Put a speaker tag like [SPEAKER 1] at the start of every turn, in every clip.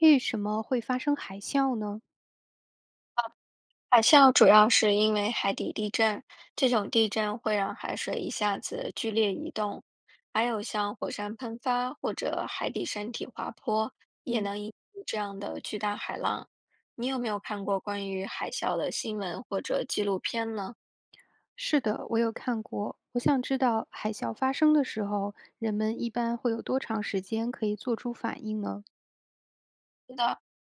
[SPEAKER 1] 为什么会发生海啸呢？
[SPEAKER 2] 海啸主要是因为海底地震，这种地震会让海水一下子剧烈移动，还有像火山喷发或者海底山体滑坡，也
[SPEAKER 1] 嗯，
[SPEAKER 2] 能引起这样的巨大海浪。你有没有看过关于海啸的新闻或者纪录片呢？
[SPEAKER 1] 是的，我有看过。我想知道海啸发生的时候，人们一般会有多长时间可以做出反应呢？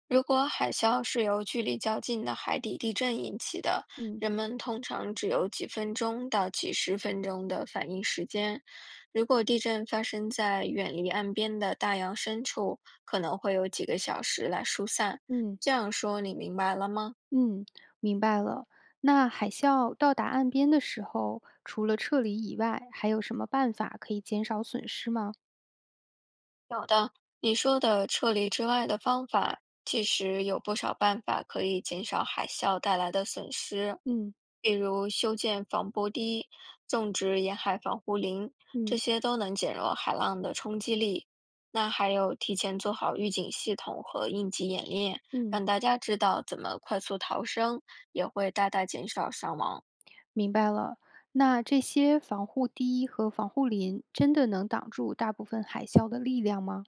[SPEAKER 2] 如果海啸是由距离较近的海底地震引起的，
[SPEAKER 1] 嗯
[SPEAKER 2] 人们通常只有几分钟到几十分钟的反应时间。如果地震发生在远离岸边的大洋深处，可能会有几个小时来疏散。
[SPEAKER 1] 嗯
[SPEAKER 2] 这样说你明白了吗？
[SPEAKER 1] 嗯，明白了。那海啸到达岸边的时候，除了撤离以外，还有什么办法可以减少损失吗？
[SPEAKER 2] 你说的撤离之外的方法，其实有不少办法可以减少海啸带来的损失，
[SPEAKER 1] 嗯
[SPEAKER 2] 比如修建防波堤、种植沿海防护林，这
[SPEAKER 1] 嗯
[SPEAKER 2] 些都能减弱海浪的冲击力。那还有提前做好预警系统和应急演练，
[SPEAKER 1] 嗯，
[SPEAKER 2] 让大家知道怎么快速逃生，也会大大减少伤亡。
[SPEAKER 1] 明白了。那这些防护堤和防护林真的能挡住大部分海啸的力量吗？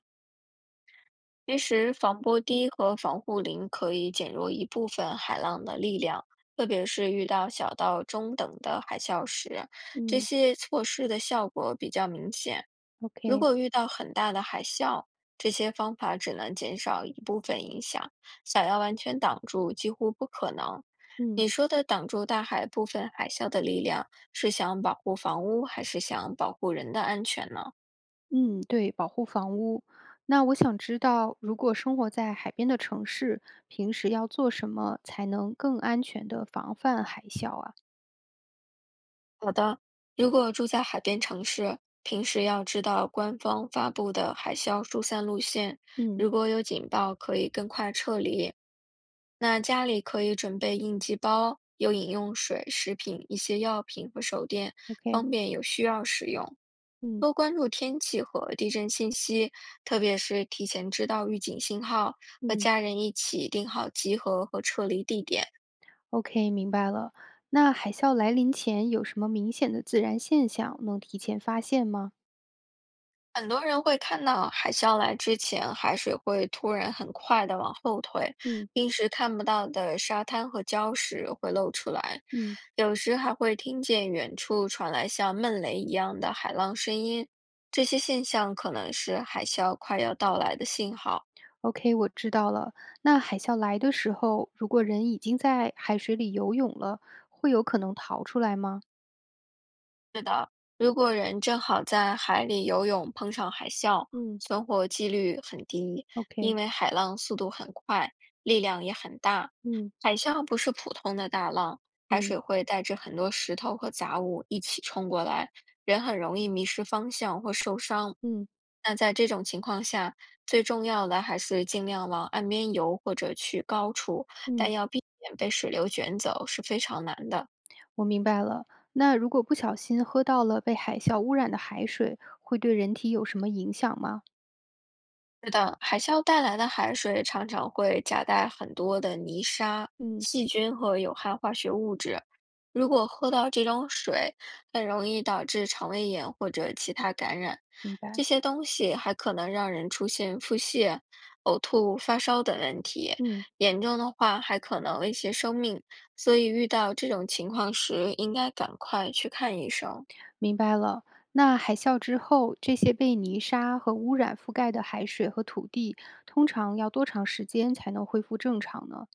[SPEAKER 2] 其实防波堤和防护林可以减弱一部分海浪的力量，特别是遇到小到中等的海啸时，这
[SPEAKER 1] 嗯
[SPEAKER 2] 些措施的效果比较明显。如
[SPEAKER 1] ，OK，
[SPEAKER 2] 果遇到很大的海啸，这些方法只能减少一部分影响，想要完全挡住几乎不可能。
[SPEAKER 1] 嗯。
[SPEAKER 2] 你说的挡住大海部分海啸的力量，是想保护房屋，还是想保护人的安全呢？
[SPEAKER 1] 嗯，对，保护房屋。那我想知道，如果生活在海边的城市，平时要做什么才能更安全的防范海啸啊？
[SPEAKER 2] 好的，如果住在海边城市，平时要知道官方发布的海啸疏散路线，
[SPEAKER 1] 嗯
[SPEAKER 2] 如果有警报，可以更快撤离。那家里可以准备应急包，有饮用水、食品、一些药品和手电，
[SPEAKER 1] ，OK，
[SPEAKER 2] 方便有需要使用。
[SPEAKER 1] 嗯
[SPEAKER 2] 多关注天气和地震信息，特别是提前知道预警信号，和
[SPEAKER 1] 嗯
[SPEAKER 2] 家人一起定好集合和撤离地点。
[SPEAKER 1] ，OK，明白了。那海啸来临前有什么明显的自然现象能提前发现吗？
[SPEAKER 2] 很多人会看到海啸来之前，海水会突然很快的往后退，
[SPEAKER 1] 嗯
[SPEAKER 2] 平时看不到的沙滩和礁石会露出来，
[SPEAKER 1] 嗯
[SPEAKER 2] 有时还会听见远处传来像闷雷一样的海浪声音。这些现象可能是海啸快要到来的信号。
[SPEAKER 1] ，OK，我知道了。那海啸来的时候，如果人已经在海水里游泳了，会有可能逃出来吗？
[SPEAKER 2] 如果人正好在海里游泳，碰上海啸，
[SPEAKER 1] 嗯
[SPEAKER 2] 存活几率很低，因
[SPEAKER 1] ，OK，
[SPEAKER 2] 为海浪速度很快，力量也很大。
[SPEAKER 1] 嗯
[SPEAKER 2] 海啸不是普通的大浪，海
[SPEAKER 1] 嗯
[SPEAKER 2] 水会带着很多石头和杂物一起冲过来，人很容易迷失方向或受伤。
[SPEAKER 1] 嗯
[SPEAKER 2] 那在这种情况下，最重要的还是尽量往岸边游或者去高处，但
[SPEAKER 1] 嗯。
[SPEAKER 2] 要避免被水流卷走是非常难的。
[SPEAKER 1] 我明白了。那如果不小心喝到了被海啸污染的海水，会对人体有什么影响吗？
[SPEAKER 2] 是的，海啸带来的海水常常会夹带很多的泥沙、
[SPEAKER 1] 嗯，
[SPEAKER 2] 细菌和有害化学物质。如果喝到这种水，很容易导致肠胃炎或者其他感染。
[SPEAKER 1] 明白，
[SPEAKER 2] 这些东西还可能让人出现腹泻、呕吐、发烧等问题，
[SPEAKER 1] 嗯，
[SPEAKER 2] 严重的话还可能威胁生命。所以遇到这种情况时，应该赶快去看医生。
[SPEAKER 1] 明白了。那海啸之后，这些被泥沙和污染覆盖的海水和土地，通常要多长时间才能恢复正常呢？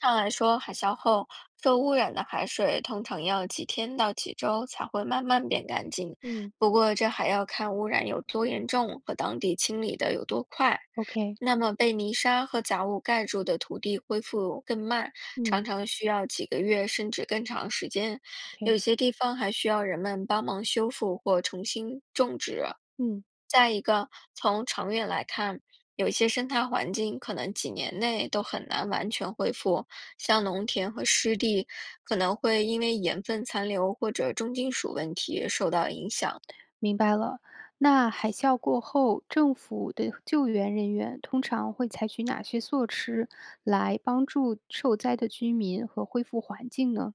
[SPEAKER 2] 上来说，海啸后受污染的海水通常要几天到几周才会慢慢变干净。
[SPEAKER 1] 嗯
[SPEAKER 2] 不过，这还要看污染有多严重和当地清理的有多快。
[SPEAKER 1] ，OK，
[SPEAKER 2] 那么被泥沙和杂物盖住的土地恢复更慢，常
[SPEAKER 1] 嗯
[SPEAKER 2] 常需要几个月甚至更长时间。
[SPEAKER 1] ，OK，
[SPEAKER 2] 有些地方还需要人们帮忙修复或重新种植。
[SPEAKER 1] 嗯。
[SPEAKER 2] 再一个，从长远来看，有些生态环境可能几年内都很难完全恢复，像农田和湿地可能会因为盐分残留或者重金属问题受到影响。
[SPEAKER 1] 明白了。那海啸过后，政府的救援人员通常会采取哪些措施来帮助受灾的居民和恢复环境呢？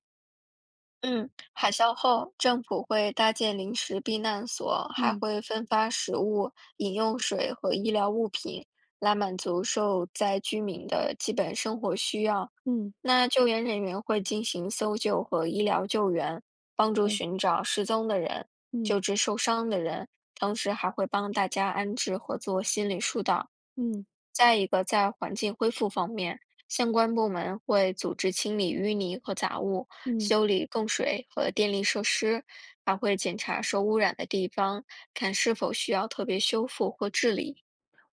[SPEAKER 2] 嗯，海啸后，政府会搭建临时避难所，还
[SPEAKER 1] 嗯
[SPEAKER 2] 会分发食物、饮用水和医疗物品，来满足受灾居民的基本生活需要。
[SPEAKER 1] 嗯
[SPEAKER 2] 那救援人员会进行搜救和医疗救援，帮助
[SPEAKER 1] 嗯
[SPEAKER 2] 寻找失踪的人，
[SPEAKER 1] 嗯
[SPEAKER 2] 救治受伤的人，同时还会帮大家安置和做心理疏导。
[SPEAKER 1] 嗯
[SPEAKER 2] 再一个，在环境恢复方面，相关部门会组织清理淤泥和杂物，
[SPEAKER 1] 嗯，
[SPEAKER 2] 修理供水和电力设施，还会检查受污染的地方，看是否需要特别修复或治理。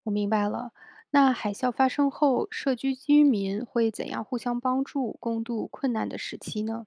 [SPEAKER 1] 我明白了。那海啸发生后，社区居民会怎样互相帮助，共度困难的时期呢？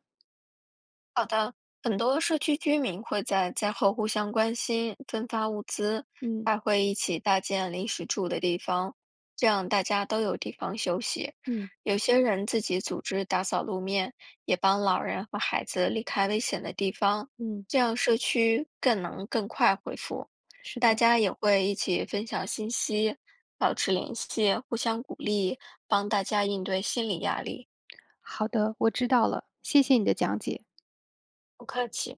[SPEAKER 2] 很多社区居民会在灾后互相关心，分发物资，
[SPEAKER 1] 嗯
[SPEAKER 2] 还会一起搭建临时住的地方，这样大家都有地方休息。
[SPEAKER 1] 嗯
[SPEAKER 2] 有些人自己组织打扫路面，也帮老人和孩子离开危险的地方，
[SPEAKER 1] 嗯，
[SPEAKER 2] 这样社区更能更快恢复。
[SPEAKER 1] 是
[SPEAKER 2] 大
[SPEAKER 1] 的，
[SPEAKER 2] 家也会一起分享信息，保持联系，互相鼓励，帮大家应对心理压力。
[SPEAKER 1] 好的，我知道了，谢谢你的讲解。
[SPEAKER 2] 不客气。